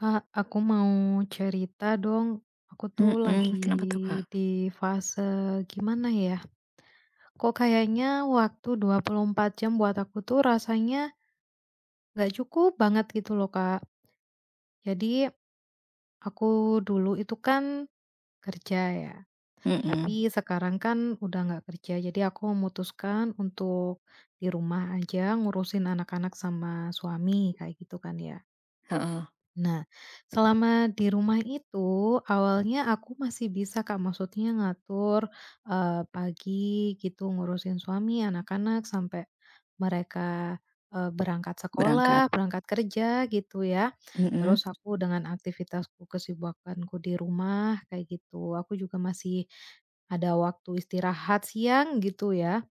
Kak, aku mau cerita dong. Aku tuh Mhm, lagi kenapa tuh, Kak? di fase, gimana ya? Kok kayaknya waktu 24 jam buat aku tuh rasanya nggak cukup banget gitu loh, Kak. Jadi aku dulu itu kan kerja ya, Mhm, tapi sekarang kan udah nggak kerja. Jadi aku memutuskan untuk di rumah aja ngurusin anak-anak sama suami kayak gitu kan ya. heeh, Nah, selama di rumah itu, awalnya aku masih bisa Kak, maksudnya ngatur, pagi gitu, ngurusin suami, anak-anak, sampai mereka, berangkat berangkat. sekolah, berangkat kerja gitu ya. Mhm, Terus aku dengan aktivitasku, kesibukanku di rumah, kayak gitu. Aku juga masih ada waktu istirahat siang gitu ya.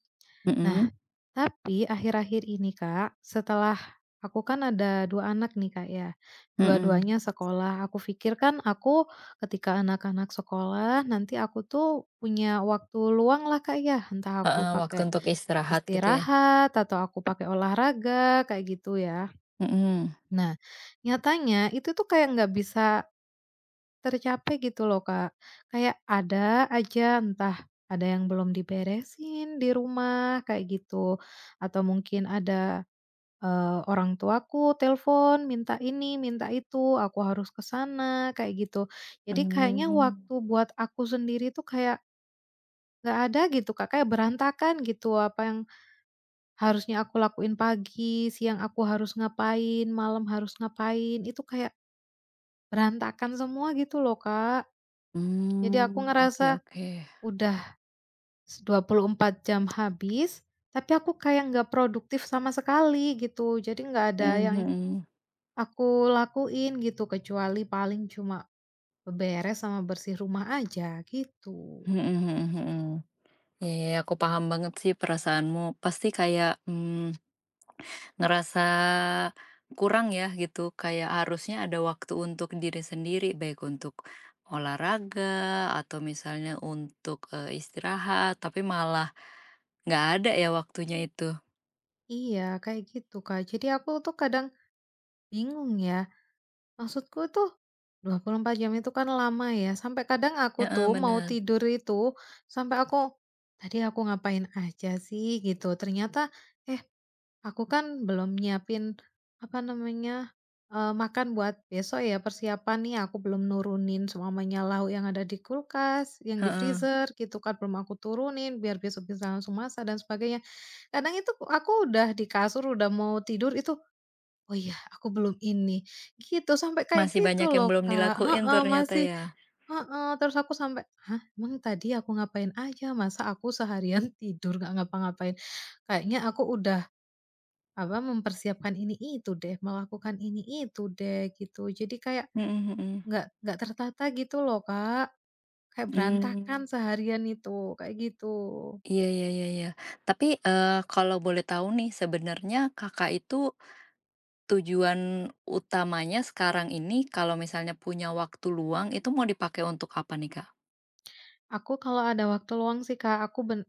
Nah, mhm, tapi akhir-akhir ini Kak, setelah aku kan ada 2 anak nih Kak ya, mhm. dua-duanya sekolah. Aku pikir kan aku ketika anak-anak sekolah nanti aku tuh punya waktu luang lah Kak ya, entah aku Heeh, waktu pakai untuk istirahat gitu ya? istirahat atau aku pakai olahraga kayak gitu ya. Mhm, Nah, nyatanya itu tuh kayak nggak bisa tercapai gitu loh, Kak. Kayak ada aja entah ada yang belum diberesin di rumah kayak gitu, atau mungkin ada, orang tuaku telepon minta ini, minta itu, aku harus ke sana, kayak gitu. Jadi kayaknya mmm, waktu buat aku sendiri tuh kayak nggak ada gitu, Kak, kayak berantakan gitu apa yang harusnya aku lakuin pagi, siang aku harus ngapain, malam harus ngapain, itu kayak berantakan semua gitu loh, Kak. Jadi aku mmm, oke ngerasa oke, udah 24 jam habis, tapi aku kayak nggak produktif sama sekali gitu. Jadi nggak ada mhm yang mhm, aku lakuin gitu, kecuali paling cuma beres sama bersih rumah aja gitu. mhm mhm mhm. Iya iya, aku paham banget sih perasaanmu. Pasti kayak, ngerasa kurang ya gitu, kayak harusnya ada waktu untuk diri sendiri, baik untuk olahraga atau misalnya untuk, istirahat, tapi malah nggak ada ya waktunya itu. Iya, kayak gitu, Kak. Jadi aku tuh kadang bingung ya, maksudku tuh 24 jam itu kan lama ya, sampai kadang aku Heeh, tuh mau bener. tidur itu, sampai aku, "Tadi aku ngapain aja sih?" Gitu. Ternyata, eh aku kan belum nyiapin, apa namanya, makan buat besok ya, persiapan nih aku belum nurunin semuanya lauk yang ada di kulkas, yang di Heeh. freezer gitu kan, belum aku turunin biar besok bisa langsung masak dan sebagainya. Kadang itu aku udah di kasur, udah mau tidur itu, "Oh iya, aku belum ini." Gitu, sampai kayak Masih gitu banyak yang loh, belum Kak. dilakuin Heeh, ternyata masih ya. heeh, terus aku sampai, "Hah, emang tadi aku ngapain aja? Masa aku seharian tidur gak ngapa-ngapain?" Kayaknya aku udah apa, mempersiapkan ini itu deh, melakukan ini itu deh, gitu. Jadi kayak Mhm mhm. nggak tertata gitu loh, Kak. Kayak berantakan Mmm, seharian itu, kayak gitu. iya iya iya iya. Tapi, kalau boleh tahu nih sebenarnya Kakak itu tujuan utamanya sekarang ini kalau misalnya punya waktu luang itu mau dipakai untuk apa nih, Kak? Aku kalau ada waktu luang sih, Kak, aku ben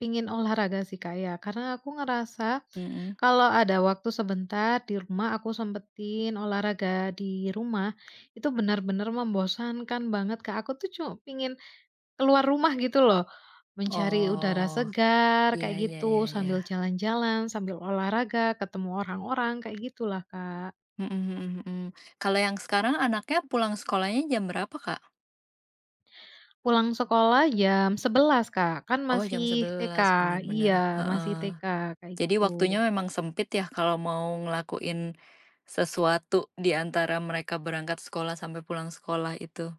pingin olahraga sih, Kak, ya. Karena aku ngerasa Mhm. kalau ada waktu sebentar di rumah, aku sempetin olahraga di rumah, itu benar-benar membosankan banget, Kak. Aku tuh cuma pingin keluar rumah gitu loh, mencari udara Oh, segar iya kayak iya iya gitu, iya. sambil jalan-jalan, sambil olahraga, ketemu orang-orang, kayak gitulah, Kak. Mhm mhm mhm. Kalau yang sekarang anaknya pulang sekolahnya jam berapa, Kak? Pulang sekolah jam 11 Kak, kan Oh jam masih TK, sebelas bener bener. iya, masih Heeh. TK, kayak Jadi gitu. waktunya memang sempit ya kalau mau ngelakuin sesuatu di antara mereka berangkat sekolah sampai pulang sekolah itu.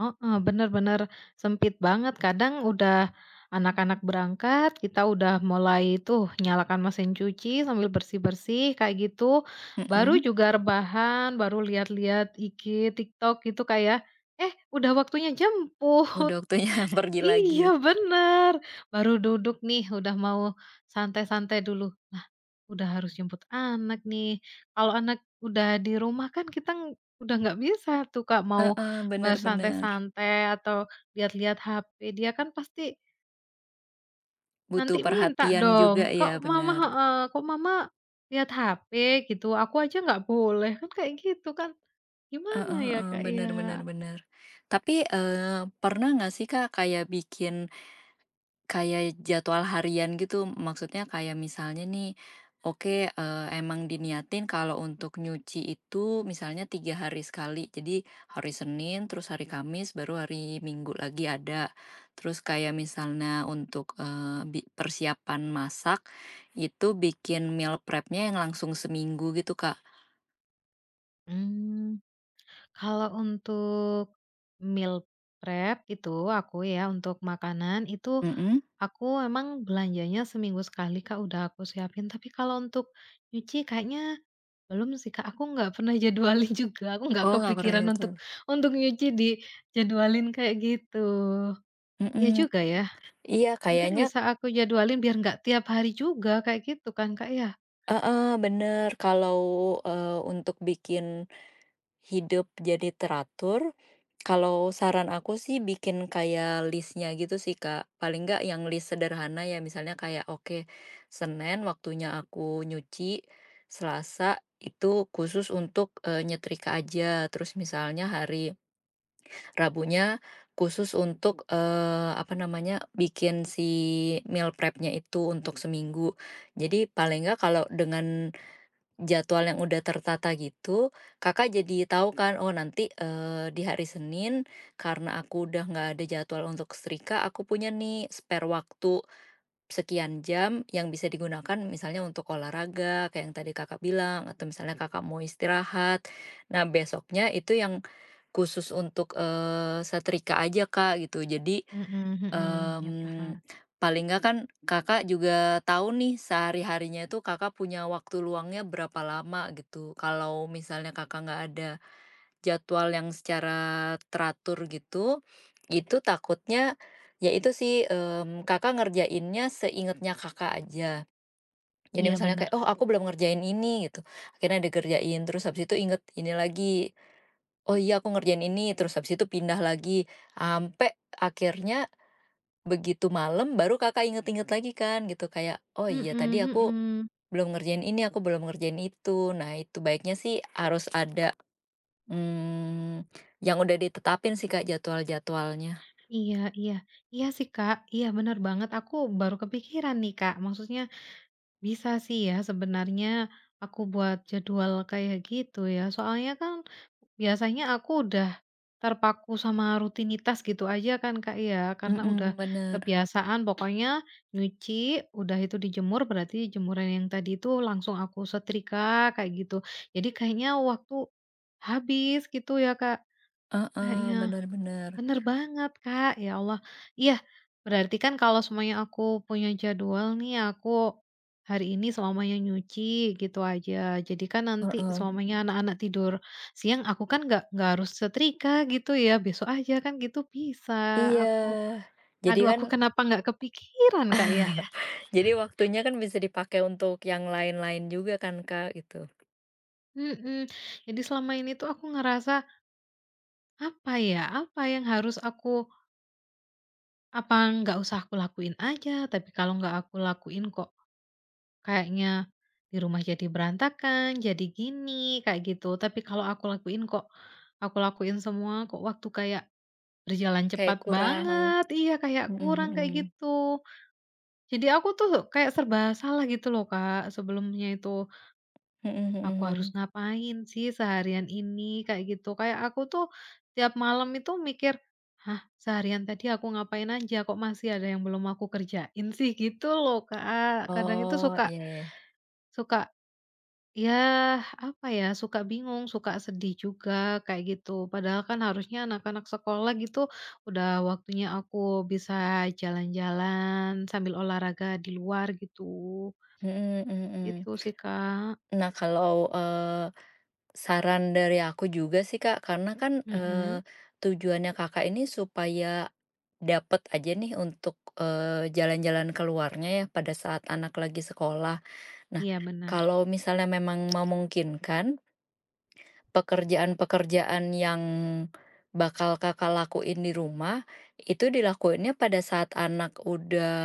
Heeh, bener bener sempit banget. Kadang udah anak-anak berangkat, kita udah mulai tuh nyalakan mesin cuci sambil bersih-bersih kayak gitu, baru Mhm, juga rebahan, baru lihat-lihat IG, TikTok gitu kayak ya, eh udah waktunya udah jemput. waktunya pergi lagi. Iya bener, baru duduk nih udah mau santai-santai dulu. Nah, udah harus jemput anak nih. Kalau anak udah di rumah kan kita udah nggak bisa tuh Kak mau Heeh, bener bener. bersantai-santai atau lihat-lihat HP, dia kan pasti nanti Butuh minta perhatian dong, juga ya, "Kok mama" bener. heeh, "kok mama lihat HP gitu, aku aja nggak boleh." Kan kayak gitu kan. Gimana Heeh ya heeh, Kak ya? bener bener bener. Tapi, pernah nggak sih Kak kayak bikin kayak jadwal harian gitu, maksudnya kayak misalnya nih, oke, emang diniatin kalau untuk nyuci itu misalnya 3 hari sekali. Jadi hari Senin, terus hari Kamis, baru hari Minggu lagi ada. Terus kayak misalnya untuk, eee, bi persiapan masak, itu bikin meal prepnya yang langsung seminggu gitu, Kak. Mmm. Kalau untuk meal prep itu aku ya, untuk makanan itu Mhm. aku emang belanjanya seminggu sekali, Kak, udah aku siapin. Tapi kalau untuk nyuci kayaknya belum sih, Kak. Aku nggak pernah jadwalin juga, aku nggak Oh, nggak pernah kepikiran untuk jadwal. untuk nyuci dijadwalin kayak gitu. Iya Mhm. juga ya, Iya, mungkin kayaknya bisa aku jadwalin biar nggak tiap hari juga kayak gitu kan, Kak, ya? heeh, bener. Kalau, untuk bikin hidup jadi teratur, kalau saran aku sih bikin kayak listnya gitu sih, Kak. Paling nggak yang list sederhana ya, misalnya kayak, oke, Senin waktunya aku nyuci, Selasa itu khusus untuk, nyetrika aja, terus misalnya hari Rabunya khusus untuk, apa namanya, bikin si meal prepnya itu untuk seminggu. Jadi paling nggak kalau dengan jadwal yang udah tertata gitu, Kakak jadi tahu kan, "Oh nanti, di hari Senin karena aku udah nggak ada jadwal untuk setrika, aku punya nih spare waktu sekian jam yang bisa digunakan misalnya untuk olahraga kayak yang tadi Kakak bilang atau misalnya Kakak mau istirahat. Nah besoknya itu yang khusus untuk, setrika aja Kak gitu. Jadi, Mhm mhm, iya paham. mmm, paling nggak kan Kakak juga tahu nih sehari-harinya itu Kakak punya waktu luangnya berapa lama gitu. Kalau misalnya Kakak nggak ada jadwal yang secara teratur gitu, itu takutnya ya itu sih, Kakak ngerjainnya seingetnya Kakak aja. Jadi Iya misalnya bener. kayak, "Oh aku belum ngerjain ini," gitu, akhirnya dikerjain, terus habis itu inget ini lagi, "Oh iya aku ngerjain ini," terus habis itu pindah lagi, sampai akhirnya begitu malam baru Kakak inget-inget lagi kan gitu kayak, "Oh iya Mhm tadi aku mhm. belum ngerjain ini, aku belum ngerjain itu." Nah itu baiknya sih harus ada, Mmm, yang udah ditetapin sih, Kak, jadwal-jadwalnya. Iya iya. Iya sih, Kak. Iya, bener banget. Aku baru kepikiran nih, Kak. Maksudnya bisa sih ya sebenarnya aku buat jadwal kayak gitu ya. Soalnya kan biasanya aku udah terpaku sama rutinitas gitu aja kan, Kak, ya. Karena udah Mhm, bener. kebiasaan pokoknya nyuci, udah itu dijemur, berarti jemuran yang tadi itu langsung aku setrika kayak gitu. Jadi kayaknya waktu habis gitu ya, Kak, kayaknya. Heeh, bener bener. Bener banget, Kak. Ya Allah. Iya, berarti kan kalau semuanya aku punya jadwal nih, aku hari ini semuanya nyuci gitu aja. Jadi kan nanti Heeh. semuanya anak-anak tidur siang, aku kan nggak harus setrika gitu ya, besok aja kan gitu bisa. Aku, Iya. Jadi aduh kan aku kenapa nggak kepikiran Kak ya? jadi waktunya kan bisa dipakai untuk yang lain-lain juga kan, Kak, gitu. Mhm. Jadi selama ini tuh aku ngerasa apa ya, apa yang harus aku apa nggak usah aku lakuin aja, tapi kalau nggak aku lakuin kok kayaknya di rumah jadi berantakan, jadi gini, kayak gitu. Tapi kalau aku lakuin kok aku lakuin semua kok waktu kayak berjalan Kayak cepat kurang, banget, iya kayak mhm kurang kayak mhm. gitu. Jadi aku tuh kayak serba salah gitu loh, Kak, sebelumnya itu. Mhm mhm Aku harus mhm. ngapain sih seharian ini kayak gitu. Kayak aku tuh tiap malam itu mikir, "Hah, seharian tadi aku ngapain aja kok masih ada yang belum aku kerjain sih?" Gitu loh, Kak. Kadang itu Oh, suka iya ya. suka ya apa ya, suka bingung, suka sedih juga kayak gitu. Padahal kan harusnya anak-anak sekolah gitu udah waktunya aku bisa jalan-jalan sambil olahraga di luar gitu. Mhm mhm mhm. Itu sih, Kak. Nah kalau, saran dari aku juga sih Kak, karena kan, Mhm. Tujuannya Kakak ini supaya dapet aja nih untuk, jalan-jalan keluarnya ya pada saat anak lagi sekolah. Nah, Iya benar. kalau misalnya memang memungkinkan, pekerjaan-pekerjaan yang bakal Kakak lakuin di rumah, itu dilakuinnya pada saat anak udah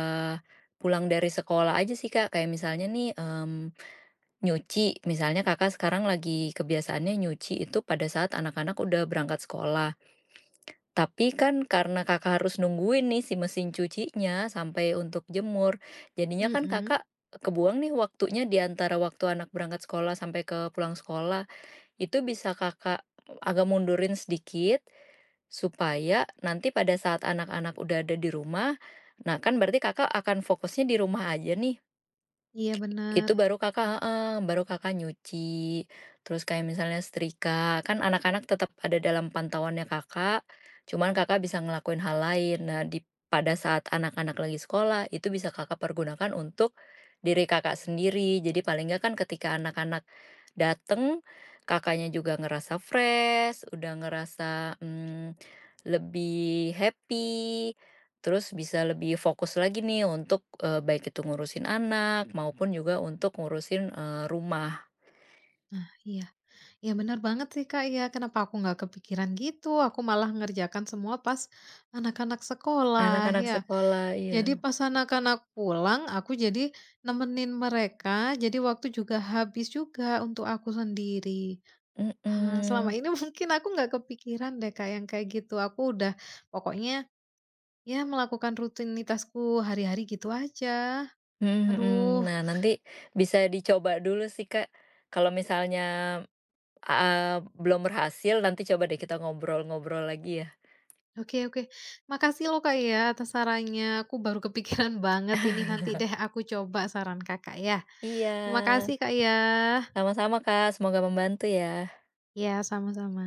pulang dari sekolah aja sih Kak. Kayak misalnya nih, nyuci, misalnya Kakak sekarang lagi kebiasaannya nyuci itu pada saat anak-anak udah berangkat sekolah. Tapi kan karena Kakak harus nungguin nih si mesin cucinya sampai untuk jemur, jadinya kan Mhm. Kakak kebuang nih waktunya di antara waktu anak berangkat sekolah sampai ke pulang sekolah. Itu bisa Kakak agak mundurin sedikit supaya nanti pada saat anak-anak udah ada di rumah, nah kan berarti Kakak akan fokusnya di rumah aja nih. Iya benar. Itu baru Kakak, heeh, baru Kakak nyuci, terus kayak misalnya setrika, kan anak-anak tetap ada dalam pantauannya Kakak, cuman Kakak bisa ngelakuin hal lain. Nah, di pada saat anak-anak lagi sekolah, itu bisa Kakak pergunakan untuk diri Kakak sendiri. Jadi paling nggak kan ketika anak-anak dateng, Kakaknya juga ngerasa fresh, udah ngerasa, lebih happy, terus bisa lebih fokus lagi nih untuk, baik itu ngurusin anak maupun juga untuk ngurusin, rumah, Iya. Iya benar banget sih, Kak, iya. Kenapa aku nggak kepikiran gitu, aku malah ngerjakan semua pas anak-anak sekolah, anak-anak ya. sekolah iya, Jadi pas anak-anak pulang, aku jadi nemenin mereka, jadi waktu juga habis juga untuk aku sendiri. Ah, selama mhm, ini mungkin aku nggak kepikiran deh, kayak yang kayak gitu. Aku udah pokoknya ya melakukan rutinitasku hari-hari gitu aja. mhm mhm. Aduh, Nah, nanti bisa dicoba dulu sih, Kak. Kalau misalnya, belum berhasil nanti coba deh kita ngobrol-ngobrol lagi ya. oke oke. Makasih loh, Kak, ya atas sarannya. Aku baru kepikiran banget ini nanti deh aku coba saran Kakak ya. Terima Iya, kasih, Kak, ya. sama-sama, Kak, semoga membantu ya. Ya, sama-sama.